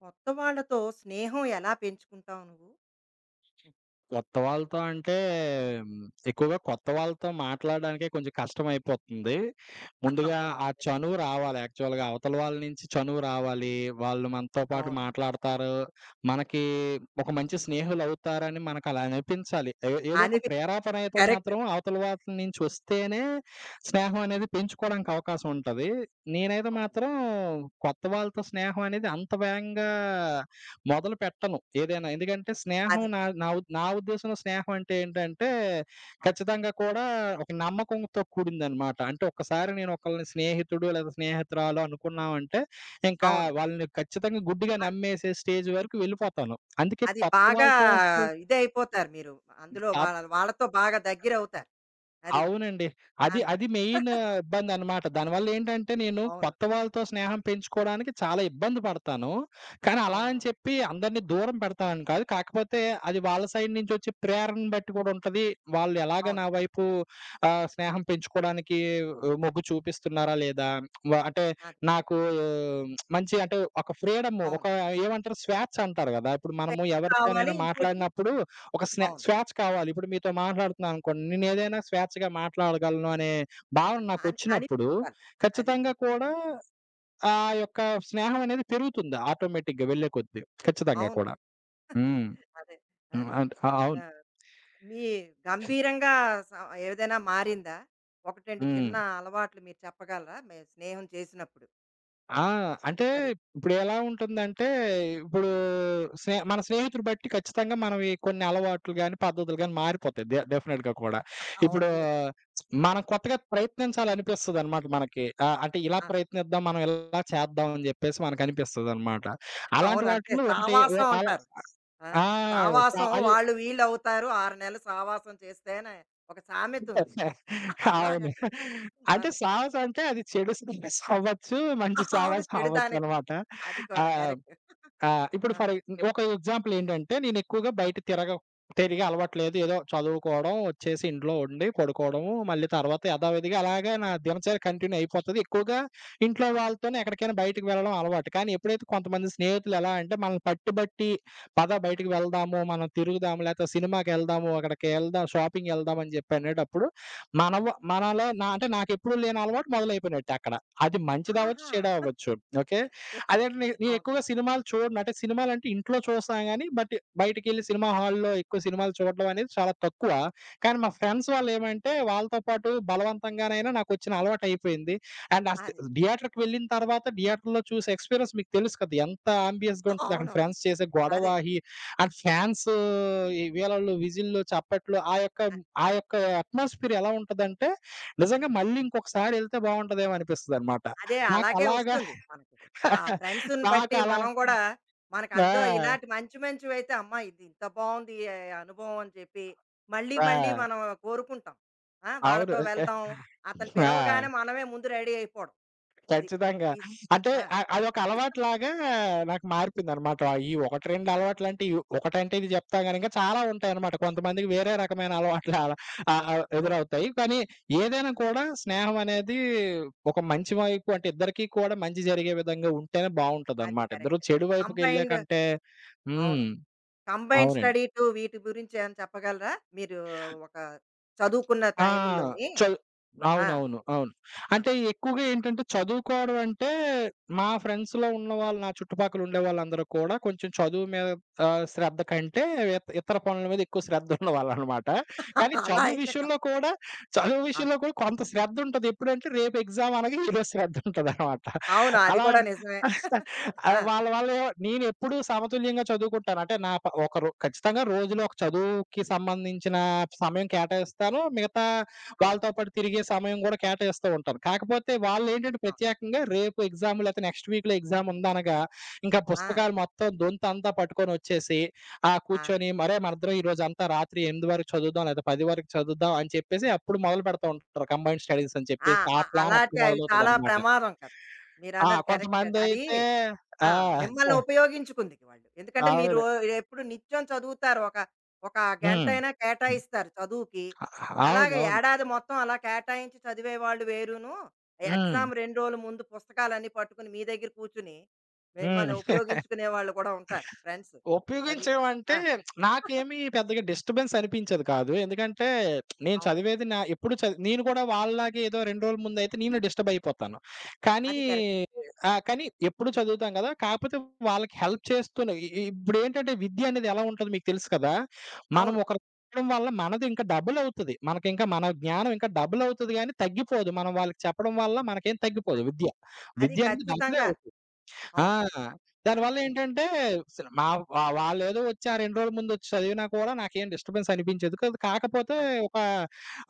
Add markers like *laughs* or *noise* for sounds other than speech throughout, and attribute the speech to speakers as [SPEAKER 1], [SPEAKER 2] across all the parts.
[SPEAKER 1] కొత్త వాళ్ళతో స్నేహం ఎలా పెంచుకుంటావు నువ్వు?
[SPEAKER 2] కొత్త వాళ్ళతో అంటే హ్మ్, ఎక్కువగా కొత్త వాళ్ళతో మాట్లాడడానికే కొంచెం కష్టమైపోతుంది. ముందుగా
[SPEAKER 1] అవును,
[SPEAKER 2] ఆ
[SPEAKER 1] నిజమే.
[SPEAKER 2] చనువు రావాలి, యాక్చువల్‌గా అవతల వాళ్ళ నుంచి చనువు రావాలి. వాళ్ళు మనతో పాటు
[SPEAKER 1] అవును.
[SPEAKER 2] మాట్లాడతారు. మనకి ఒక మంచి స్నేహితులవుతారని మనకలా అనిపించాలి. ఏదో ఒక ప్రేరేపణ
[SPEAKER 1] అనిపిస్తది.
[SPEAKER 2] అయితే
[SPEAKER 1] కరెక్ట్.
[SPEAKER 2] మాత్రం అవతల వాళ్ళ నుంచి వస్తేనే స్నేహం అనేది పెంచుకోవడానికి అవకాశం ఉంటది. నేనైతే
[SPEAKER 1] అవును.
[SPEAKER 2] మాత్రం కొత్త వాళ్ళతో స్నేహం అనేది అంత వేగంగా మొదలు పెట్టను ఏదైనా. ఎందుకంటే స్నేహం
[SPEAKER 1] అదే.
[SPEAKER 2] నా నా ఉద్ నా ఉద్దేశంలో స్నేహం అంటే ఏంటంటే,
[SPEAKER 1] అవును.
[SPEAKER 2] ఖచ్చితంగా కూడా ఒక నమ్మకంతో కూడిందనమాట. అంటే ఒక్కసారి నేను ఒకళ్ళని స్నేహితుడు లేదా స్నేహితురాలు అనుకున్నామంటే, ఇంకా
[SPEAKER 1] అవును.
[SPEAKER 2] వాళ్ళని ఖచ్చితంగా గుడ్డిగా
[SPEAKER 1] అది
[SPEAKER 2] నమ్మేసే స్టేజ్ వరకు వెళ్ళిపోతాను. అందుకే
[SPEAKER 1] అది
[SPEAKER 2] కొత్త
[SPEAKER 1] బాగా
[SPEAKER 2] వాళ్ళతో అసలు
[SPEAKER 1] ఇదయిపోతారు మీరు. అందులో
[SPEAKER 2] ఆ,
[SPEAKER 1] వాళ్ళతో బాగా దగ్గరవుతారు. అది.
[SPEAKER 2] అవునండి. అది
[SPEAKER 1] అందు
[SPEAKER 2] అది మెయిన్ ఇబ్బందనమాట. దానివల్లేంటంటే, నేను
[SPEAKER 1] అవును.
[SPEAKER 2] కొత్త వాళ్ళతో స్నేహం పెంచుకోవడానికి చాలా ఇబ్బంది పడతాను. కానీ అలా అని
[SPEAKER 1] అవునవును.
[SPEAKER 2] చెప్పి అందరిని దూరం పెడతానని కాదు. కాకపోతే అది వాళ్ళ సైడ్ నుంచొచ్చే ప్రేరణను బట్టి కూడా ఉంటది. వాళ్ళు ఎలాగ
[SPEAKER 1] అవును. అవును.
[SPEAKER 2] నా వైపు స్నేహం పెంచుకోవడానికి మొగ్గు చూపిస్తున్నారా లేదా? అంటే
[SPEAKER 1] అది.
[SPEAKER 2] నాకు ఆ, మంచి అంటే ఒక ఫ్రీడము, ఒక
[SPEAKER 1] అవును.
[SPEAKER 2] ఏమంటారు, స్వేచ్ఛ అంటారు గదా! ఇప్పుడు మనము
[SPEAKER 1] ఫ్రెండ్స్ రావాలి.
[SPEAKER 2] ఎవరితోనైనా
[SPEAKER 1] ఇంకోటి
[SPEAKER 2] మాట్లాడినప్పుడు ఒక
[SPEAKER 1] అవును.
[SPEAKER 2] స్వేచ్ఛ కావాలి. ఇప్పుడు మీతో మాట్లాడుతున్నాననుకోండి. నేనేదైనా స్వేచ్ఛగా మాట్లాడగలను అనే భావన
[SPEAKER 1] అని
[SPEAKER 2] నాకొచ్చినప్పుడు,
[SPEAKER 1] అనిపించాలి. అది.
[SPEAKER 2] ఖచ్చితంగా కూడా ఆ యొక్క స్నేహం అనేది పెరుగుతుంది, ఆటోమేటిక్‌గా వెళ్ళే కొద్దీ. ఖచ్చితంగా
[SPEAKER 1] అవును.
[SPEAKER 2] కూడా. హ్మ్.
[SPEAKER 1] అదే. ఆ!
[SPEAKER 2] హ్మ్, అంటే ఆ,
[SPEAKER 1] ఆ!
[SPEAKER 2] అవును.
[SPEAKER 1] మీ గంభీరంగా స ఏదైనా మారిందా? 1, 2
[SPEAKER 2] హ్మ్.
[SPEAKER 1] చిన్న అలవాట్లు మీరు చెప్పగలరా మీ స్నేహం చేసినప్పుడు?
[SPEAKER 2] ఆ, అంటే
[SPEAKER 1] అది.
[SPEAKER 2] ఇప్పుడు ఎలా ఉంటుందంటే, ఇప్పుడు మన స్నేహితులు బట్టి ఖచ్చితంగా మనవి కొన్ని అలవాట్లు గాని, పద్ధతులు గాని మారిపోతాయి. డెఫినెట్‌గా కూడా.
[SPEAKER 1] అవును,
[SPEAKER 2] ఇప్పుడు
[SPEAKER 1] నిజం.
[SPEAKER 2] మనం కొత్తగా ప్రయత్నించాలనిపిస్తదనమాట మనకి. అంటే ఇలా
[SPEAKER 1] ఆ!
[SPEAKER 2] ప్రయత్నిద్దాం, మనం ఇలా చేద్దాం అని జెప్పేసి మనకనిపిస్తదనమాట. అలాంటి
[SPEAKER 1] అవును, అంతే.
[SPEAKER 2] వాటిలో ఒకటి ఓ
[SPEAKER 1] సావాసం
[SPEAKER 2] అలా
[SPEAKER 1] అంటారు. ఆ!
[SPEAKER 2] ఆ,
[SPEAKER 1] సావాసం
[SPEAKER 2] అది
[SPEAKER 1] వాళ్ళు వీళ్ళు అవుతారు. 6 నెలలు సావాసం చేస్తేనే ఒక సామెత ఉంది. అలాగా.
[SPEAKER 2] అవును.
[SPEAKER 1] ఆ!
[SPEAKER 2] అంటే సాహసం అంటే అది చెడు సాహసం అవ్వచ్చు, మంచి
[SPEAKER 1] అవును.
[SPEAKER 2] సాహసం
[SPEAKER 1] చెడు దానికి
[SPEAKER 2] అవ్వచ్చనమాట.
[SPEAKER 1] అది
[SPEAKER 2] ఆ.
[SPEAKER 1] కూడా కరెక్ట్.
[SPEAKER 2] ఆ, ఇప్పుడు
[SPEAKER 1] ఆ!
[SPEAKER 2] ఫర్ ఎగ్జాంపుల్ ఏంటంటే, నేనెక్కువగా బయట తిరగ తిరిగే అలవాటు లేదు. ఏదో చదువుకోవడం, వచ్చేసి ఇంట్లో ఉండి పడుకోవడము, మళ్ళీ తర్వాత యథావిధిగా అలాగే నా దినచర్య కంటిన్యూ అయిపోతది. ఎక్కువగా ఇంట్లో
[SPEAKER 1] అవును.
[SPEAKER 2] వాళ్ళతోనే ఎక్కడికైనా బయటికి వెళ్ళడం అలవాటు. కానీ ఎప్పుడైతే కొంతమంది స్నేహితులు ఎలా అంటే మనల్ని పట్టుబట్టి, "పద
[SPEAKER 1] ఆ!
[SPEAKER 2] బయటికి వెళ్దాము, మనం తిరుగుదాము, లేకపోతే సినిమాకెళ్దాము, అక్కడికి వెళ్దాం, షాపింగ్‌కెళ్దాం" అని చెప్పి అనేటప్పుడు మనవ మనలో అంటే నాకెప్పుడూ లేని అలవాటు మొదలైపోయినట్టే అక్కడ. అది మంచిదవ్వచ్చు,
[SPEAKER 1] ఆహా!
[SPEAKER 2] చెడవ్వచ్చు. ఓకే.
[SPEAKER 1] నిజమే.
[SPEAKER 2] అదేంటి, నేను
[SPEAKER 1] అవును.
[SPEAKER 2] ఎక్కువగా సినిమాలు చూడను. అంటే సినిమాలంటే ఇంట్లో చూస్తాను గానీ, బయటికెళ్ళి సినిమా హాల్‌లో ఎక్కువ సినిమాలు చూడడం అనేది చాలా తక్కువ. కానీ మా
[SPEAKER 1] ఆ!
[SPEAKER 2] ఫ్రెండ్స్ వాళ్ళేమంటే, వాళ్ళతో పాటు బలవంతంగానైనా నాకొచ్చిన అలవాటయిపోయింది. అండ్ అస్
[SPEAKER 1] అది.
[SPEAKER 2] థియేటర్‌కి వెళ్ళిన తర్వాత థియేటర్‌లో చూసే ఎక్స్‌పీరియన్స్ మీకు తెలుసు కదా! ఎంత ఆంబియన్స్‌గా ఉంటది. అక్కడ
[SPEAKER 1] అవును.
[SPEAKER 2] ఫ్రెండ్స్ చేసే గొడవ,
[SPEAKER 1] అదే.
[SPEAKER 2] ఈ అండ్ ఫ్యాన్స్ ఈ వీలలు, విజిల్లు, చప్పట్లు, ఆ యొక్క అట్మాస్ఫియర్ ఎలా ఉంటదంటే, నిజంగా మళ్ళీ ఇంకొకసారి ఎళ్తే బావుంటదేమో అనిపిస్తదనమాట.
[SPEAKER 1] అదే
[SPEAKER 2] నాకు
[SPEAKER 1] అలాగే
[SPEAKER 2] అలాగ,
[SPEAKER 1] వస్తుంది మనకి. ఆ ఫ్రెండ్స్‌ని బట్టి
[SPEAKER 2] నాకలా
[SPEAKER 1] మనం గూడా మనకు అందులో
[SPEAKER 2] ఆ,
[SPEAKER 1] ఇలాంటి మంచి మంచివైతే అమ్మా, ఇది ఇంత బావుంది అనుభవం అని చెప్పి మళ్ళీ మళ్ళీ
[SPEAKER 2] ఆ,
[SPEAKER 1] మనం కోరుకుంటాం. ఆ!
[SPEAKER 2] అవును.
[SPEAKER 1] వాళ్ళతో వెళ్దాం. అతను పిలవగానే
[SPEAKER 2] ఆ,
[SPEAKER 1] మనమే ముందు రెడీ అయిపోవడం. అది.
[SPEAKER 2] ఖచ్చితంగా.
[SPEAKER 1] ఈస్
[SPEAKER 2] అంటే
[SPEAKER 1] ఆ!
[SPEAKER 2] అ అదొక అలవాటులాగా నాకు మారిపోయిందనమాట. ఈ 1, 2
[SPEAKER 1] ఆ!
[SPEAKER 2] అలవాట్లంటే ఒకటంటే ఇది చెప్తా గాని ఇంకా చాలా ఉంటాయనమాట. కొంతమందికి వేరే రకమైన అలవాట్లు అలా ఆహ్, ఆహ్,
[SPEAKER 1] అవును.
[SPEAKER 2] ఎదురవుతాయి. కానీ ఏదైనా కూడా స్నేహం అనేది ఒక మంచి వైపు, అంటే ఇద్దరికీ కూడా మంచి జరిగే విధంగా ఉంటేనే
[SPEAKER 1] అది
[SPEAKER 2] బావుంటదనమాట. ఇద్దరు
[SPEAKER 1] కరెక్ట్.
[SPEAKER 2] చెడు వైపుకెళ్ళే
[SPEAKER 1] కంబైన్డ్
[SPEAKER 2] కంటే.
[SPEAKER 1] అవును.
[SPEAKER 2] హ్మ్.
[SPEAKER 1] కంబైన్డ్
[SPEAKER 2] అవునండి.
[SPEAKER 1] స్టడీ టూర్ వీటి గురించి ఏమైనా చెప్పగలరా? మీరు ఒక చదువుకున్న
[SPEAKER 2] ఆ,
[SPEAKER 1] టైముల్లోని.
[SPEAKER 2] చల్
[SPEAKER 1] ఆ!
[SPEAKER 2] అవునవును, అవును.
[SPEAKER 1] ఆ!
[SPEAKER 2] అంటే ఎక్కువగా ఏంటంటే చదువుకోవడం అంటే మా ఫ్రెండ్స్‌లో ఉన్నవాళ్ళు, నా చుట్టుపక్కల ఉండేవాళ్ళందరూ కూడా కొంచెం చదువు మీద శ్రద్ధ కంటే ఇతర పనుల మీద ఎక్కువ శ్రద్ధ ఉన్నవాళ్ళనమాట. కానీ
[SPEAKER 1] *laughs* అలా
[SPEAKER 2] చదువు
[SPEAKER 1] అయితే
[SPEAKER 2] విషయంలో
[SPEAKER 1] కష్టం.
[SPEAKER 2] కూడా చదువు విషయంలో కూడా కొంత శ్రద్ధ ఉంటది. ఎప్పుడంటే రేపు ఎగ్జామ్ అనగా ఈరోజు శ్రద్ధ ఉంటదనమాట.
[SPEAKER 1] అవును, అది
[SPEAKER 2] అలా
[SPEAKER 1] కూడా నిజమే.
[SPEAKER 2] ఆ,
[SPEAKER 1] ఆ!
[SPEAKER 2] వాళ్ళ వల్ల నేనెప్పుడూ సమతుల్యంగా చదువుకుంటాను. అంటే నా ప ఒకరు
[SPEAKER 1] అది.
[SPEAKER 2] ఖచ్చితంగా రోజులో ఒక చదువుకి సంబంధించిన సమయం కేటాయిస్తాను. మిగతా
[SPEAKER 1] అవును.
[SPEAKER 2] వాళ్ళతో పాటు తిరిగే సమయం గూడా కేటాయిస్తూ ఉంటాను. కాకపోతే వాళ్ళేంటంటే
[SPEAKER 1] అవును.
[SPEAKER 2] ప్రత్యేకంగా రేపు ఎగ్జామ్, లేకపోతే నెక్స్ట్ వీక్‌లో ఎగ్జామ్ ఉందనగా ఇంకా
[SPEAKER 1] ఆ!
[SPEAKER 2] పుస్తకాలు మొత్తం దొంతంతా పట్టుకొనొచ్చేసి, ఆ,
[SPEAKER 1] ఆ!
[SPEAKER 2] కూర్చొని మరే మనిద్దరం ఈరోజంతా రాత్రి 8 వరకు చదువుదాం లేదా 10 వరకు చదువుదాం అని చెప్పేసి అప్పుడు మొదలు పెడతా ఉంటారు. కంబైన్డ్ స్టడీస్ అని
[SPEAKER 1] ఆ!
[SPEAKER 2] చెప్పేసి ఆ ప్లాన్ అప్పుడు
[SPEAKER 1] అలాంటి అవి చాలా
[SPEAKER 2] మొదలవుతదనమాట.
[SPEAKER 1] ప్రమాదం కదా!
[SPEAKER 2] ఆ,
[SPEAKER 1] మీరన్నది కరెక్టే. అది అది
[SPEAKER 2] కొంతమందైతే
[SPEAKER 1] ఆ!
[SPEAKER 2] ఆ.
[SPEAKER 1] మిమ్మల్ని
[SPEAKER 2] *laughs*
[SPEAKER 1] ఉపయోగించుకుంది వాళ్ళు. ఎందుకంటే మీరు
[SPEAKER 2] అవును.
[SPEAKER 1] ఎప్పుడు నిత్యం చదువుతారు. ఒక, ఒక
[SPEAKER 2] హ్మ్.
[SPEAKER 1] గంటైనా కేటాయిస్తారు చదువుకి. అలాగే
[SPEAKER 2] అవునవును.
[SPEAKER 1] ఏడాది మొత్తం అలా కేటాయించి చదివేవాళ్ళు వేరును.
[SPEAKER 2] హ్మ్.
[SPEAKER 1] ఎగ్జామ్ 2 రోజులు ముందు పుస్తకాలన్నీ పట్టుకుని మీ దగ్గర కూర్చొని మిమ్మల్ని
[SPEAKER 2] హ్మ్,
[SPEAKER 1] ఉపయోగించుకునే వాళ్ళు కూడా ఉంటారు ఫ్రెండ్స్. అది.
[SPEAKER 2] ఉపయోగించడం అంటే
[SPEAKER 1] ఆ!
[SPEAKER 2] నాకేమి పెద్దగా డిస్టర్బెన్స్ అనిపించేది కాదు. ఎందుకంటే నేను
[SPEAKER 1] అవును.
[SPEAKER 2] చదివేది నా ఎప్పుడు చది నేను కూడా వాళ్ళలాగే ఏదో 2 రోజుల ముందయితే నేను డిస్టర్బ్ అయిపోతాను. కానీ
[SPEAKER 1] అది కరెక్ట్.
[SPEAKER 2] ఆ, కానీ ఎప్పుడు చదువుతాం గదా! కాకపోతే వాళ్ళకి హెల్ప్ చేస్తూనే, ఇ ఇ ఇప్పుడేంటంటే విద్య అనేది ఎలా ఉంటది మీకు తెలుసు కదా! మనం
[SPEAKER 1] అవును.
[SPEAKER 2] ఒకరు చెప్పడం వల్ల మనది ఇంకా డబుల్ అవుతది. మనకింకా మన జ్ఞానం ఇంకా డబుల్ అవుతది గానీ తగ్గిపోదు. మనం వాళ్ళకి చెప్పడం వల్ల మనకేం తగ్గిపోదు
[SPEAKER 1] అది.
[SPEAKER 2] విద్య.
[SPEAKER 1] అది
[SPEAKER 2] విద్య అనేది డబులే
[SPEAKER 1] ఖచ్చితంగాను.
[SPEAKER 2] అవుతుంది. ఆ,
[SPEAKER 1] అవును. ఆ!
[SPEAKER 2] దానివల్లేంటంటే అసలు మా వాళ్ళేదో వచ్చి ఆ 2 రోజుల ముందొచ్చి చదివినా కూడా నాకేం డిస్టర్బెన్స్ అనిపించేది కాదు. కాకపోతే
[SPEAKER 1] అది.
[SPEAKER 2] ఒక,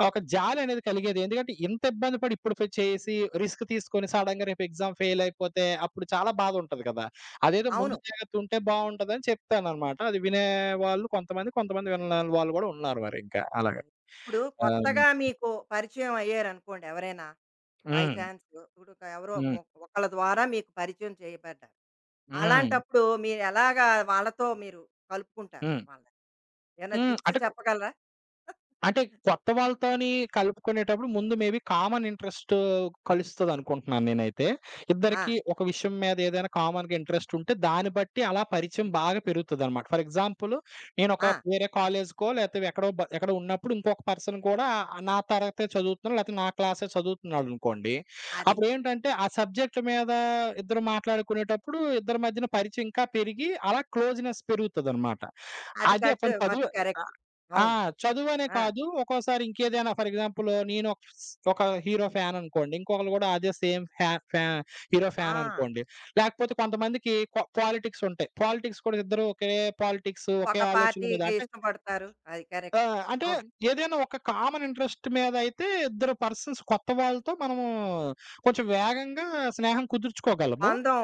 [SPEAKER 2] ఒక జాలనేది కలిగేది. ఎందుకంటే ఇంత ఇబ్బంది పడి ఇప్పుడు చేసి రిస్క్ తీసుకొని సడెన్‌గా రేపు ఎగ్జామ్ ఫెయిలయిపోతే అప్పుడు చాలా బాధుంటది
[SPEAKER 1] అది.
[SPEAKER 2] కదా! అదేదో ముందు
[SPEAKER 1] అవును.
[SPEAKER 2] జాగ్రత్త ఉంటే బావుంటదని చెప్తాననమాట. అది వినేవాళ్ళు కొంతమంది, కొంతమంది వినలేని వాళ్ళు గూడా ఉన్నారు మరింకా అలాగా.
[SPEAKER 1] అది. ఇప్పుడు కొత్తగా
[SPEAKER 2] హ్మ్.
[SPEAKER 1] మీకు పరిచయం అయ్యారనుకోండి ఎవరైనా, బై
[SPEAKER 2] హ్మ్.
[SPEAKER 1] చాన్స్ ఇప్పుడు ఒక- ఎవరో
[SPEAKER 2] హ్మ్.
[SPEAKER 1] మొ ఒకళ్ళ ద్వారా మీకు పరిచయం చేయబడ్డారు.
[SPEAKER 2] హ్మ్.
[SPEAKER 1] అలాంటప్పుడు మీరు ఎలాగా వాళ్ళతో మీరు కలుపుకుంటారు వాళ్ళని? ఏమైనా
[SPEAKER 2] హ్మ్,
[SPEAKER 1] టిప్స్
[SPEAKER 2] అంటే
[SPEAKER 1] చెప్పగలరా?
[SPEAKER 2] అంటే కొత్త వాళ్ళతోని కలుపుకునేటప్పుడు ముందు మేబీ కామన్ ఇంట్రెస్ట్ కలుస్తదనుకుంటున్నాను నేనైతే.
[SPEAKER 1] ఆ!
[SPEAKER 2] ఇద్దరికీ ఒక విషయం మీద ఏదైనా కామన్‌గా ఇంట్రెస్ట్ ఉంటే దాన్ని బట్టి అలా పరిచయం బాగా పెరుగుతదనమాట. ఫర్ ఎగ్జాంపుల్ నేనొక
[SPEAKER 1] ఆ!
[SPEAKER 2] వేరే కాలేజ్‌కో లేతే ఎక్కడో ఉన్నప్పుడు ఇంకొక పర్సన్ కూడా నా తరగతే చదువుతున్నాడు లేతే నా క్లాసే చదువుతున్నాడనుకోండి.
[SPEAKER 1] అది.
[SPEAKER 2] అప్పుడేంటంటే ఆ సబ్జెక్ట్ మీద ఇద్దరు మాట్లాడుకునేటప్పుడు ఇద్దరి మధ్యన పరిచయం ఇంకా పెరిగి అలా క్లోజ్‌నెస్ పెరుగుతదనమాట.
[SPEAKER 1] అది
[SPEAKER 2] అదే
[SPEAKER 1] కట్టు
[SPEAKER 2] పోనీ చదువు
[SPEAKER 1] మటు కరెక్ట్.
[SPEAKER 2] ఆ,
[SPEAKER 1] అవును.
[SPEAKER 2] చదువనే
[SPEAKER 1] ఆ!
[SPEAKER 2] కాదు. ఒక్కోసారి ఇంకేదైనా ఫర్ ఎగ్జాంపుల్ నేను ఒక హీరో ఫ్యాన్ అనుకోండి. ఇంకొకళ్ళు గూడా అదే సేమ్ ఫ్యా ఫ్యా హీరో ఫ్యాన్
[SPEAKER 1] ఆ!
[SPEAKER 2] అనుకోండి. లేకపోతే కొంతమందికి పాలిటిక్స్ ఉంటాయి. పాలిటిక్స్ కూడా ఇద్దరు ఒకే పాలిటిక్స్, ఒకే
[SPEAKER 1] ఒక
[SPEAKER 2] ఆలోచన మీద
[SPEAKER 1] పార్టీకి
[SPEAKER 2] అంటే
[SPEAKER 1] ఇష్టపడతారు. అది కరెక్ట్.
[SPEAKER 2] అంటే
[SPEAKER 1] అవును.
[SPEAKER 2] ఏదైనా ఒక కామన్ ఇంట్రెస్ట్ మీద అయితే ఇద్దరు పర్సన్స్ కొత్త వాళ్ళతో మనము కొంచెం వేగంగా స్నేహం
[SPEAKER 1] ఆ
[SPEAKER 2] కుదుర్చుకోగలము.
[SPEAKER 1] బంధం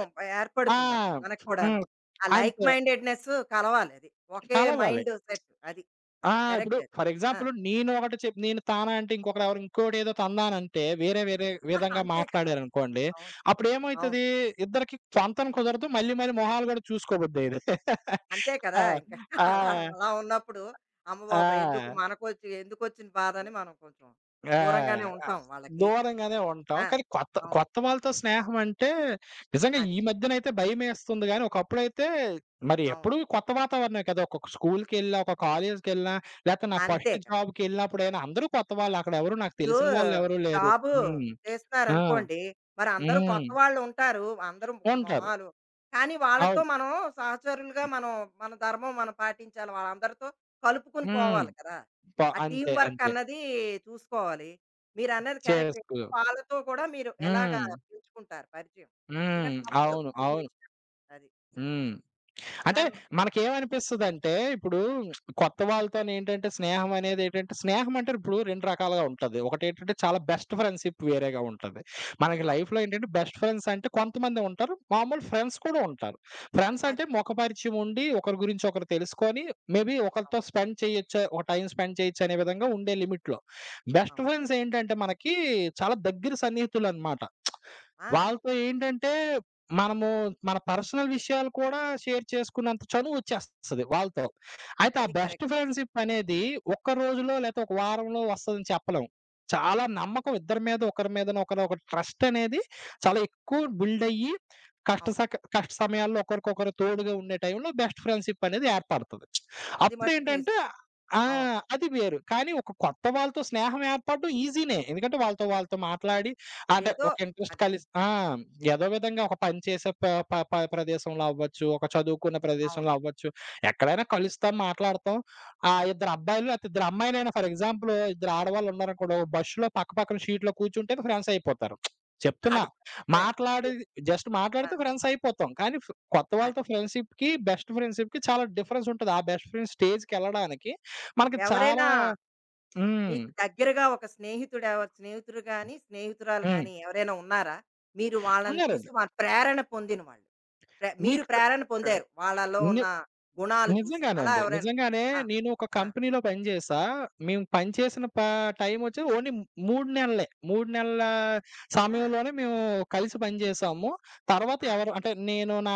[SPEAKER 2] ఆ.
[SPEAKER 1] ఏర్పడుతుందప్పుడు మనకు కూడాను.
[SPEAKER 2] హ్మ్.
[SPEAKER 1] ఆ లైక్
[SPEAKER 2] అంతే.
[SPEAKER 1] మైండెడ్‌నెస్ కలవాలి అది. ఒకే
[SPEAKER 2] కలవాలి.
[SPEAKER 1] మైండ్ సెట్ అది.
[SPEAKER 2] ఆ, ఇప్పుడు
[SPEAKER 1] కరెక్ట్ అది.
[SPEAKER 2] ఫర్
[SPEAKER 1] ఆ!
[SPEAKER 2] ఎగ్జాంపుల్ నేను ఒకటి చెప్ నేను తానా అంటే ఇంకొకరెవరో ఇంకోటేదో తన్నానంటే వేరే వేరే
[SPEAKER 1] *laughs*
[SPEAKER 2] విధంగా
[SPEAKER 1] అంతే కదా!
[SPEAKER 2] మాట్లాడారనుకోండి.
[SPEAKER 1] అవును.
[SPEAKER 2] అప్పుడేమైతది
[SPEAKER 1] అవును.
[SPEAKER 2] ఇద్దరికీ పొంతన కుదరదు. మళ్ళీ మళ్ళీ మొహాలు గూడా చూసుకోబుద్దయ్యేది. *laughs*
[SPEAKER 1] అంతే కదా!
[SPEAKER 2] ఆ.
[SPEAKER 1] ఇంకా *laughs*
[SPEAKER 2] ఆ.
[SPEAKER 1] అలా, అలా ఉన్నప్పుడు అమ్మ బాబోయ్! ఎందుకు
[SPEAKER 2] ఆ.
[SPEAKER 1] మనకొచ్చి ఎందుకొచ్చిన బాధని మనం కొంచెం
[SPEAKER 2] ఆ,
[SPEAKER 1] దూరంగానే
[SPEAKER 2] అ
[SPEAKER 1] ఉంటాం వాళ్ళకి.
[SPEAKER 2] దూరంగానే ఉంటాం.
[SPEAKER 1] ఆ!
[SPEAKER 2] కానీ కొత్త
[SPEAKER 1] అవును.
[SPEAKER 2] కొత్త వాళ్ళతో స్నేహం అంటే నిజంగా
[SPEAKER 1] అది.
[SPEAKER 2] ఈ మధ్యనైతే భయమేస్తుంది గానీ, ఒకప్పుడైతే మరి
[SPEAKER 1] అవును.
[SPEAKER 2] ఎప్పుడు కొత్త వాతావరణమే కదా! ఒకొక్క స్కూల్‌కెళ్ళినా, ఒక కాలేజ్‌కెళ్ళినా, లేతే నా
[SPEAKER 1] అంతే
[SPEAKER 2] ఫస్ట్
[SPEAKER 1] కదా!
[SPEAKER 2] జాబ్‌కెళ్ళినప్పుడైనా అందరూ కొత్త వాళ్ళు. అక్కడెవరు నాకు
[SPEAKER 1] ఇప్పుడు
[SPEAKER 2] తెలిసిన వాళ్ళెవరూ లేరు.
[SPEAKER 1] జాబు
[SPEAKER 2] హ్మ్. ఆ.
[SPEAKER 1] చేస్తున్నారనుకోండి, మరి అందరూ
[SPEAKER 2] హ్మ్,
[SPEAKER 1] కొత్త వాళ్ళుంటారు. అందరూ
[SPEAKER 2] ఉంటారు.
[SPEAKER 1] మొహాలు, కానీ వాళ్ళతో
[SPEAKER 2] అవును.
[SPEAKER 1] మనం సహచరులుగా మనం మన ధర్మం మనం పాటించాలి. వాళ్ళందరితో కలుపుకొని
[SPEAKER 2] హ్మ్.
[SPEAKER 1] పోవాలి కదా! ఆ టీమ్
[SPEAKER 2] అంతే,
[SPEAKER 1] వర్క్
[SPEAKER 2] అంతే.
[SPEAKER 1] అన్నది చూసుకోవాలి. మీరన్నది కరెక్టే.
[SPEAKER 2] చేసుకో.
[SPEAKER 1] వాళ్ళతో కూడా మీరు ఎలాగా
[SPEAKER 2] హ్మ్.
[SPEAKER 1] పెంచుకుంటారు పరిచయం?
[SPEAKER 2] హ్మ్.
[SPEAKER 1] ఎందుకంటే తప్పదు
[SPEAKER 2] అవును,
[SPEAKER 1] కొన్ని
[SPEAKER 2] అవును.
[SPEAKER 1] విషయాలు. అది.
[SPEAKER 2] హ్మ్, అంటే
[SPEAKER 1] దానివ
[SPEAKER 2] మనకేమనిపిస్తదంటే, ఇప్పుడు కొత్త వాళ్ళతోనేంటంటే, స్నేహం అనేదేంటంటే, స్నేహం అంటే ఇప్పుడు 2 రకాలుగా ఉంటది. ఒకటేంటంటే, చాలా బెస్ట్ ఫ్రెండ్‌షిప్ వేరేగా ఉంటది. మనకి
[SPEAKER 1] అవును.
[SPEAKER 2] లైఫ్‌లో ఏంటంటే, బెస్ట్ ఫ్రెండ్స్ అంటే కొంతమందే ఉంటారు. మామూలు ఫ్రెండ్స్ కూడా ఉంటారు. ఫ్రెండ్స్
[SPEAKER 1] అది.
[SPEAKER 2] అంటే ముఖపరిచయం ఉండి, ఒకరి గురించి ఒకరు తెలుసుకొని, మేబీ ఒకరితో
[SPEAKER 1] అవును.
[SPEAKER 2] స్పెండ్ చేయొచ్చు, ఒక టైం స్పెండ్ చేయొచ్చు అనే విధంగా ఉండే లిమిట్‌లో. బెస్ట్
[SPEAKER 1] అవును.
[SPEAKER 2] ఫ్రెండ్స్ ఏంటంటే, మనకి చాలా దగ్గర సన్నిహితులనమాట.
[SPEAKER 1] ఆ!
[SPEAKER 2] వాళ్ళతో ఏంటంటే మనము మన పర్సనల్ విషయాలు కూడా షేర్ చేసుకున్నంత చనువు వచ్చేస్తది వాళ్ళతో. అయితే ఆ
[SPEAKER 1] అది
[SPEAKER 2] బెస్ట్
[SPEAKER 1] కరెక్ట్.
[SPEAKER 2] ఫ్రెండ్‌షిప్ అనేది ఒక్క రోజులో లేతే ఒక వారంలో వస్తదని చెప్పలేం. చాలా నమ్మకం ఇద్దరి మీద, ఒకరి మీదన ఒకరు ఒక ట్రస్ట్ అనేది చాలా ఎక్కువ బిల్డ్ అయ్యి
[SPEAKER 1] అవును,
[SPEAKER 2] కష్ట సమయాల్లో ఒకరికొకరు తోడుగా ఉండే టైంలో బెస్ట్ ఫ్రెండ్‌షిప్ అనేది ఏర్పడతది.
[SPEAKER 1] అది మట్టుకు
[SPEAKER 2] అప్పుడేంటంటే
[SPEAKER 1] నిజం.
[SPEAKER 2] ఆ,
[SPEAKER 1] అవును.
[SPEAKER 2] అది వేరు. కానీ ఒక కొత్త వాళ్ళతో స్నేహం ఏర్పడడం ఈజీనే. ఎందుకంటే వాళ్ళతో వాళ్ళతో మాట్లాడి అంటే
[SPEAKER 1] ఏదో
[SPEAKER 2] ఒక ఇంట్రెస్ట్
[SPEAKER 1] అది.
[SPEAKER 2] కలిసి ఆ, ఏదో విధంగా ఒక పని చేసే ప ప ప ప్రదేశంలో అవ్వచ్చు, ఒక చదువుకున్న
[SPEAKER 1] అవును,
[SPEAKER 2] ప్రదేశంలో అవ్వచ్చు. ఎక్కడైనా కలుస్తాం, మాట్లాడతాం. ఆ ఇద్దరు అబ్బాయిలు లేతే ఇద్దరు అమ్మాయిలైనా ఫర్ ఎగ్జాంపుల్ ఇద్దరు ఆడవాళ్ళున్నారనుకోండి, బస్సులో పక్క పక్కన సీట్‌లో కూర్చుంటే ఫ్రెండ్స్ అయిపోతారు. చెప్తున్నా.
[SPEAKER 1] అది కూడా నిజమే.
[SPEAKER 2] మాట్లాడి,
[SPEAKER 1] ఎ
[SPEAKER 2] జస్ట్
[SPEAKER 1] ఆ!
[SPEAKER 2] మాట్లాడితే ఫ్రెండ్స్ అయిపోతాం. కానీ కొత్త
[SPEAKER 1] అది.
[SPEAKER 2] వాళ్ళతో ఫ్రెండ్‌షిప్‌కి, బెస్ట్ ఫ్రెండ్‌షిప్‌కి చాలా డిఫరెన్స్ ఉంటది. ఆ బెస్ట్ ఫ్రెండ్ స్టేజ్‌కెళ్ళడానికి మనకి చాలా
[SPEAKER 1] ఎవరైనా
[SPEAKER 2] హ్మ్.
[SPEAKER 1] మీకు దగ్గరగా ఒక స్నేహితుడు, స్నేహితుడు గాని, స్నేహితురాలు
[SPEAKER 2] హ్మ్.
[SPEAKER 1] గాని ఎవరైనా ఉన్నారా? మీరు వాళ్ళని చూసి
[SPEAKER 2] ఉన్నారండి.
[SPEAKER 1] వాళ్ళ ప్రేరణ పొందిన వాళ్ళు. మీరు
[SPEAKER 2] మీకు
[SPEAKER 1] ప్రేరణ పొందారు వాళ్ళలో
[SPEAKER 2] ని
[SPEAKER 1] ఉన్న గుణాలు చూసి.
[SPEAKER 2] నిజంగానే
[SPEAKER 1] అలా
[SPEAKER 2] అండి,
[SPEAKER 1] ఎవరైనా?
[SPEAKER 2] నిజంగానే.
[SPEAKER 1] ఆ!
[SPEAKER 2] నేను ఒక
[SPEAKER 1] ఆ!
[SPEAKER 2] కంపెనీలో పని చేశా. మేము పని చేసిన ప టైమొచ్చి ఓన్లీ 3 నెలలే. 3 నెలల
[SPEAKER 1] ఆ!
[SPEAKER 2] సమయంలోనే మేము కలిసి పని చేశాము. తర్వాత
[SPEAKER 1] ఆ!
[SPEAKER 2] ఎవరు అంటే నేను నా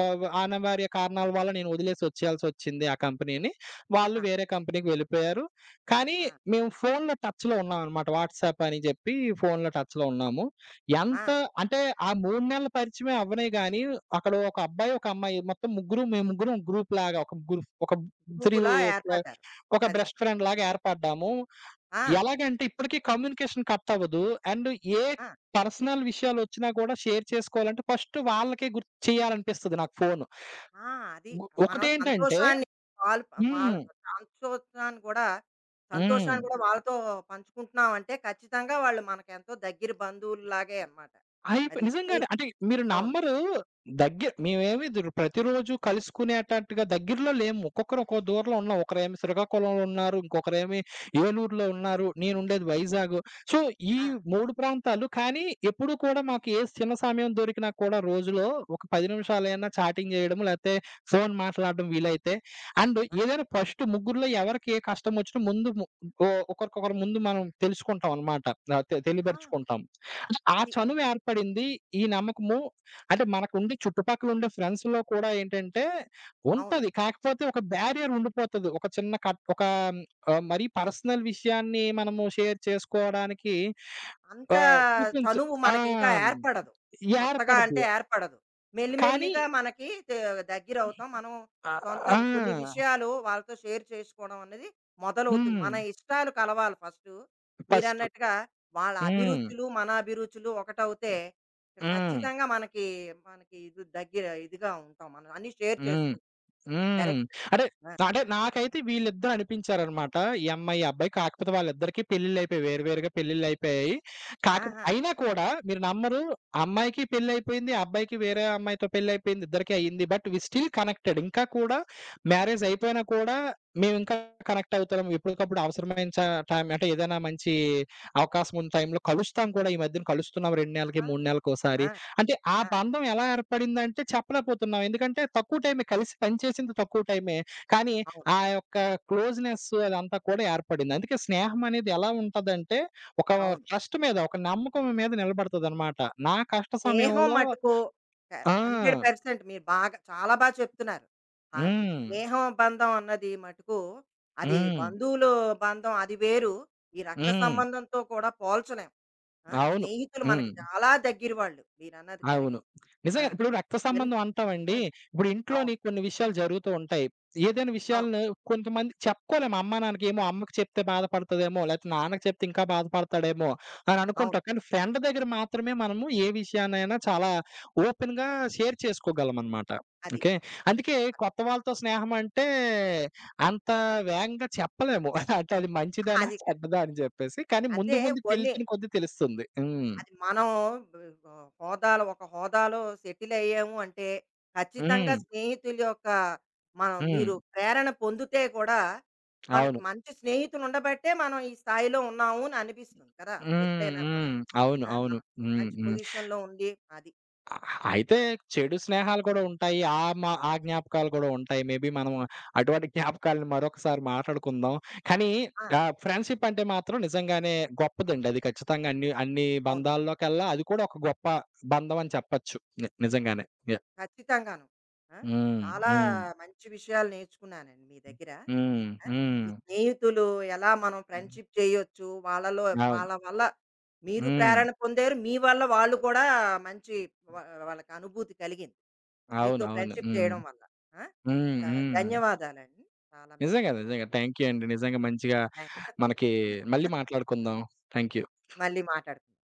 [SPEAKER 2] ఆహ్, అనివార్య కారణాల వల్ల నేను వదిలేసి వచ్చేయాల్సొచ్చింది ఆ కంపెనీని. వాళ్ళు
[SPEAKER 1] ఆ!
[SPEAKER 2] వేరే కంపెనీకి వెళ్ళిపోయారు. కానీ
[SPEAKER 1] ఆ!
[SPEAKER 2] మేము ఫోన్‌లో టచ్‌లో ఉన్నామనమాట. వాట్సాప్ అని చెప్పి ఫోన్‌లో టచ్‌లో ఉన్నాము.
[SPEAKER 1] ఆ!
[SPEAKER 2] ఎంత అంటే ఆ 3 నెలల పరిచయమే అవ్వనే గాని, అక్కడ ఒక అబ్బాయి, ఒక అమ్మాయి, మొత్తం ముగ్గురు, మేము ముగ్గురం గ్రూప్‌లాగా ఒక 3,
[SPEAKER 1] గ్రూపులా
[SPEAKER 2] ఇట్లా
[SPEAKER 1] ఏర్పడ్డారు.
[SPEAKER 2] ఒక
[SPEAKER 1] అది.
[SPEAKER 2] బెస్ట్ ఫ్రెండ్‌లాగా ఏర్పడ్డాము.
[SPEAKER 1] ఆ!
[SPEAKER 2] ఎలాగంటే ఇప్పటికి కమ్యూనికేషన్ కట్ అవ్వదు. అండ్ ఏ
[SPEAKER 1] ఆ!
[SPEAKER 2] పర్సనల్ విషయాలొచ్చినా కూడా షేర్ చేసుకోవాలంటే ఫస్ట్ వాళ్ళకే గుర్తు చేయాలనిపిస్తది నాకు ఫోను.
[SPEAKER 1] ఆ! అది. మనం
[SPEAKER 2] ఒకటేంటంటే
[SPEAKER 1] సంతోషాన్ని వాళ్ళు వాళ్ళ
[SPEAKER 2] హ్మ్.
[SPEAKER 1] సంతోషాన్ని కూడా
[SPEAKER 2] హ్మ్,
[SPEAKER 1] సంతోషాన్ని కూడా వాళ్ళతో పంచుకుంటున్నాం అంటే ఖచ్చితంగా వాళ్ళు మనకెంతో దగ్గర బంధువుల్లాగే అన్నమాట. అది
[SPEAKER 2] నిజంగానే.
[SPEAKER 1] స్నేహితులు.
[SPEAKER 2] అంటే మీరు
[SPEAKER 1] అవును.
[SPEAKER 2] నమ్మరు. మేమేమి ప్రతిరోజు కలుసుకునే అటట్టుగా దగ్గరలో లేము. ఒక్కొక్కరు ఒక్కో దూరంలో ఉన్నాం. ఒకరేమి
[SPEAKER 1] అది.
[SPEAKER 2] శ్రీకాకుళంలో ఉన్నారు. ఇంకొకరేమి ఏలూరులో ఉన్నారు. నేనుండేది వైజాగ్. సో, ఈ
[SPEAKER 1] ఆ!
[SPEAKER 2] 3 ప్రాంతాలు. కానీ ఎప్పుడు కూడా మాకు ఏ చిన్న సమయం దొరికినా కూడా రోజులో ఒక 10
[SPEAKER 1] అది.
[SPEAKER 2] నిమిషాలైనా చాటింగ్ చేయడము, లేతే ఫోను మాట్లాడడం వీలైతే. అండ్
[SPEAKER 1] ఆ!
[SPEAKER 2] ఏదైనా ఫస్ట్ ముగ్గురిలో ఎవరికి ఏ కష్టమొచ్చినా ముందు ము ఓ ఒకరికొకరు ముందు మనం తెలుసుకుంటాం అనమాట. ఆహ్, తె
[SPEAKER 1] ఆ!
[SPEAKER 2] తెలియపరుచుకుంటాం. ఆ
[SPEAKER 1] అది.
[SPEAKER 2] చనువు ఏర్పడింది. ఈ నమ్మకము, అంటే మనకుండే చుట్టుపక్కల ఉండే ఫ్రెండ్స్‌లో కూడా ఏంటంటే
[SPEAKER 1] అవును.
[SPEAKER 2] ఉంటది. కాకపోతే ఒక బ్యారియర్ ఉండిపోతది. ఒక చిన్న కట్, ఒక మరీ పర్సనల్ విషయాన్ని మనము షేర్ చేసుకోవడానికి
[SPEAKER 1] అంత
[SPEAKER 2] ఆహ్, చూపించ
[SPEAKER 1] చనువు
[SPEAKER 2] ఆ,
[SPEAKER 1] మనకింకా ఏర్పడదు. కొత్తగా
[SPEAKER 2] ఏర్పడదు.
[SPEAKER 1] అంటే ఏర్పడదు.
[SPEAKER 2] కానీ
[SPEAKER 1] మెల్లిమెల్లిగా మనకి దగ్గరవుతాం. మనం
[SPEAKER 2] ఆహ్,
[SPEAKER 1] సొంత
[SPEAKER 2] ఆ,
[SPEAKER 1] కొన్ని విషయాలు వాళ్ళతో షేర్ చేసుకోవడం అనేది మొదలవుతుంది.
[SPEAKER 2] హ్మ్,
[SPEAKER 1] మన ఇష్టాలు కలవాలి ఫస్టు.
[SPEAKER 2] ఫస్టు.
[SPEAKER 1] మీరన్నట్టుగా వాళ్ళ
[SPEAKER 2] హ్మ్.
[SPEAKER 1] అభిరుచులు, మన అభిరుచులు ఒకటవుతే
[SPEAKER 2] హ్మ్.
[SPEAKER 1] ఖచ్చితంగా మనకి, మనకి ఇది దగ్గర ఇదిగా ఉంటాం. మనం అన్నీ షేర్
[SPEAKER 2] హ్మ్.
[SPEAKER 1] చేసుకుంటాం.
[SPEAKER 2] హ్మ్,
[SPEAKER 1] కరెక్ట్.
[SPEAKER 2] అంటే,
[SPEAKER 1] ఆ!
[SPEAKER 2] అంటే నాకైతే వీళ్ళిద్దరు అనిపించారనమాట. ఈ అమ్మాయి, ఈ అబ్బాయి. కాకపోతే వాళ్ళిద్దరికీ పెళ్ళిళ్ళయిపోయాయి. వేరు వేరుగా పెళ్ళిళ్ళయిపోయాయి. కాక
[SPEAKER 1] ఆహా!
[SPEAKER 2] అయినా కూడా మీరు నమ్మరు, అమ్మాయికి పెళ్ళయిపోయింది. అబ్బాయికి వేరే అమ్మాయితో పెళ్ళయిపోయింది. ఇద్దరికీ అయింది. But we still connected. ఇంకా కూడా మ్యారేజ్ అయిపోయినా కూడా మేమింకా కనెక్ట్ అవుతున్నాం. ఎప్పటికప్పుడు అవసరమైన టైం, అంటే ఏదైనా మంచి అవకాశం ఉన్న టైంలో కలుస్తాం కూడా. ఈ మధ్యన కలుస్తున్నాం 2 నెలలకి,
[SPEAKER 1] ఆ!
[SPEAKER 2] 3 నెలలకోసారి.
[SPEAKER 1] ఆ!
[SPEAKER 2] అంటే ఆ
[SPEAKER 1] ఆ!
[SPEAKER 2] బంధం ఎలా ఏర్పడిందంటే చెప్పలేకపోతున్నాం. ఎందుకంటే తక్కువ టైమే కలిసి పనిచేసింది తక్కువ టైమే. కానీ
[SPEAKER 1] అవును.
[SPEAKER 2] ఆ యొక్క క్లోజ్‌నెస్ అదంతా కూడా ఏర్పడింది. అందుకే స్నేహం అనేది ఎలా ఉంటదంటే ఒక
[SPEAKER 1] అవును.
[SPEAKER 2] ట్రస్ట్ మీద, ఒక నమ్మకం మీద నిలబడతదనమాట. నా కష్ట
[SPEAKER 1] స్నేహం
[SPEAKER 2] సమయంలో
[SPEAKER 1] మటుకు క
[SPEAKER 2] ఆ.
[SPEAKER 1] 100% మీరు బాగా చాలా చెప్తున్నారు. ఆ
[SPEAKER 2] హ్మ్.
[SPEAKER 1] స్నేహం బంధం అన్నది మటుకు, అది
[SPEAKER 2] హ్మ్.
[SPEAKER 1] బంధువులు బంధం అది వేరు. ఈ రక్త
[SPEAKER 2] హ్మ్.
[SPEAKER 1] సంబంధంతో కూడా పోల్చలేం. ఆ!
[SPEAKER 2] అవును.
[SPEAKER 1] స్నేహితులు
[SPEAKER 2] హ్మ్.
[SPEAKER 1] మనకు చాలా దగ్గర వాళ్ళు. మీరన్నది
[SPEAKER 2] అవును.
[SPEAKER 1] కరెక్ట్. ఆ!
[SPEAKER 2] నిజంగా ఇప్పుడు రక్త
[SPEAKER 1] ఎన్
[SPEAKER 2] సంబంధం అంటామండి.
[SPEAKER 1] హ్మ్.
[SPEAKER 2] ఇప్పుడు ఇంట్లోని
[SPEAKER 1] అవును.
[SPEAKER 2] కొన్ని విషయాలు జరుగుతూ ఉంటాయి. ఏదైనా
[SPEAKER 1] అవును.
[SPEAKER 2] విషయాలను కొంతమంది చెప్పుకోలేము అమ్మా, నాన్నకి. ఏమో అమ్మకి చెప్తే బాధపడతదేమో, లేకపోతే నాన్నకి చెప్తే ఇంకా బాధపడతాడేమో అని
[SPEAKER 1] అవును.
[SPEAKER 2] అనుకుంటాం. కానీ ఫ్రెండ్ దగ్గర మాత్రమే మనము ఏ విషయాన్నైనా చాలా ఓపెన్‌గా షేర్ చేసుకోగలమనమాట.
[SPEAKER 1] అది.
[SPEAKER 2] ఓకే. అందుకే కొత్త వాళ్ళతో స్నేహం అంటే అంత వేగంగా చెప్పలేము. *laughs* అంటే అది మంచిదేనా,
[SPEAKER 1] అది కరెక్ట్.
[SPEAKER 2] చెడ్డదా అని చెప్పేసి. కానీ
[SPEAKER 1] అంటే
[SPEAKER 2] ముందు ముందు
[SPEAKER 1] కొన్ని
[SPEAKER 2] వెళ్తున్న కొద్దీ తెలుస్తుంది. హ్మ్.
[SPEAKER 1] అది మనం బ్ ఆహ్, హోదాలో, ఒక హోదాలో సెటిల్ అయ్యాము అంటే, ఖచ్చితంగా
[SPEAKER 2] హ్మ్.
[SPEAKER 1] స్నేహితుల యొక్క
[SPEAKER 2] హ్మ్.
[SPEAKER 1] మీరు ప్రేరణ పొందితే కూడా, మనకి
[SPEAKER 2] అవును.
[SPEAKER 1] మంచి స్నేహితులు ఉండబట్టే మనం ఈ స్థాయిలో ఉన్నాము అని అనిపిస్తుంది కదా!
[SPEAKER 2] హ్మ్.
[SPEAKER 1] ఎప్పుడైనా కూడా.
[SPEAKER 2] హ్మ్. అవును,
[SPEAKER 1] ఆ!
[SPEAKER 2] అవును.
[SPEAKER 1] మనం
[SPEAKER 2] హ్మ్.
[SPEAKER 1] మంచి
[SPEAKER 2] హ్మ్,
[SPEAKER 1] పొజిషన్‌లో ఉండి అది.
[SPEAKER 2] అ అయితే చెడు స్నేహాలు కూడా ఉంటాయి. ఆ మా ఆ జ్ఞాపకాలు కూడా ఉంటాయి. మేబీ మనం అటువంటి జ్ఞాపకాలను మరొకసారి మాట్లాడుకుందాం. కానీ
[SPEAKER 1] ఆ!
[SPEAKER 2] ఫ్రెండ్‌షిప్ అంటే మాత్రం నిజంగానే గొప్పదండి. అది ఖచ్చితంగా అన్ని అన్ని
[SPEAKER 1] అవును.
[SPEAKER 2] బంధాల్లోకెల్లా అది కూడా ఒక గొప్ప బంధం అని చెప్పొచ్చు. నిజంగానే. యాహ్!
[SPEAKER 1] ఖచ్చితంగాను. ఆ!
[SPEAKER 2] హ్మ్.
[SPEAKER 1] చాలా
[SPEAKER 2] హ్మ్.
[SPEAKER 1] మంచి విషయాలు నేర్చుకున్నానండి మీ దగ్గర.
[SPEAKER 2] హ్మ్.
[SPEAKER 1] ఆ!
[SPEAKER 2] హ్మ్.
[SPEAKER 1] ఈ స్నేహితులు, ఎలా మనం ఫ్రెండ్‌షిప్ చేయొచ్చు, వాళ్ళలో,
[SPEAKER 2] అవును.
[SPEAKER 1] వాళ్ళ వల్ల మీరు
[SPEAKER 2] హ్మ్.
[SPEAKER 1] ప్రేరణ పొందారు. మీ వల్ల వాళ్ళు కూడా మంచి వ వాళ్ళకి అనుభూతి కలిగింది మీతో
[SPEAKER 2] అవునవును.
[SPEAKER 1] ఫ్రెండ్‌షిప్
[SPEAKER 2] హ్మ్.
[SPEAKER 1] చేయడం వల్ల. ఆ!
[SPEAKER 2] హ్మ్.
[SPEAKER 1] ధ
[SPEAKER 2] హ్మ్.
[SPEAKER 1] ధన్యవాదాలండి. చాలా మంచి
[SPEAKER 2] నిజంగా,
[SPEAKER 1] విషయం.
[SPEAKER 2] నిజంగా. థాంక్ యూ అండి. నిజంగా మంచిగా
[SPEAKER 1] థాంక్స్.
[SPEAKER 2] మనకి, మళ్ళీ మాట్లాడుకుందాం. Thank you.
[SPEAKER 1] మళ్ళీ మాట్లాడుకుందాం.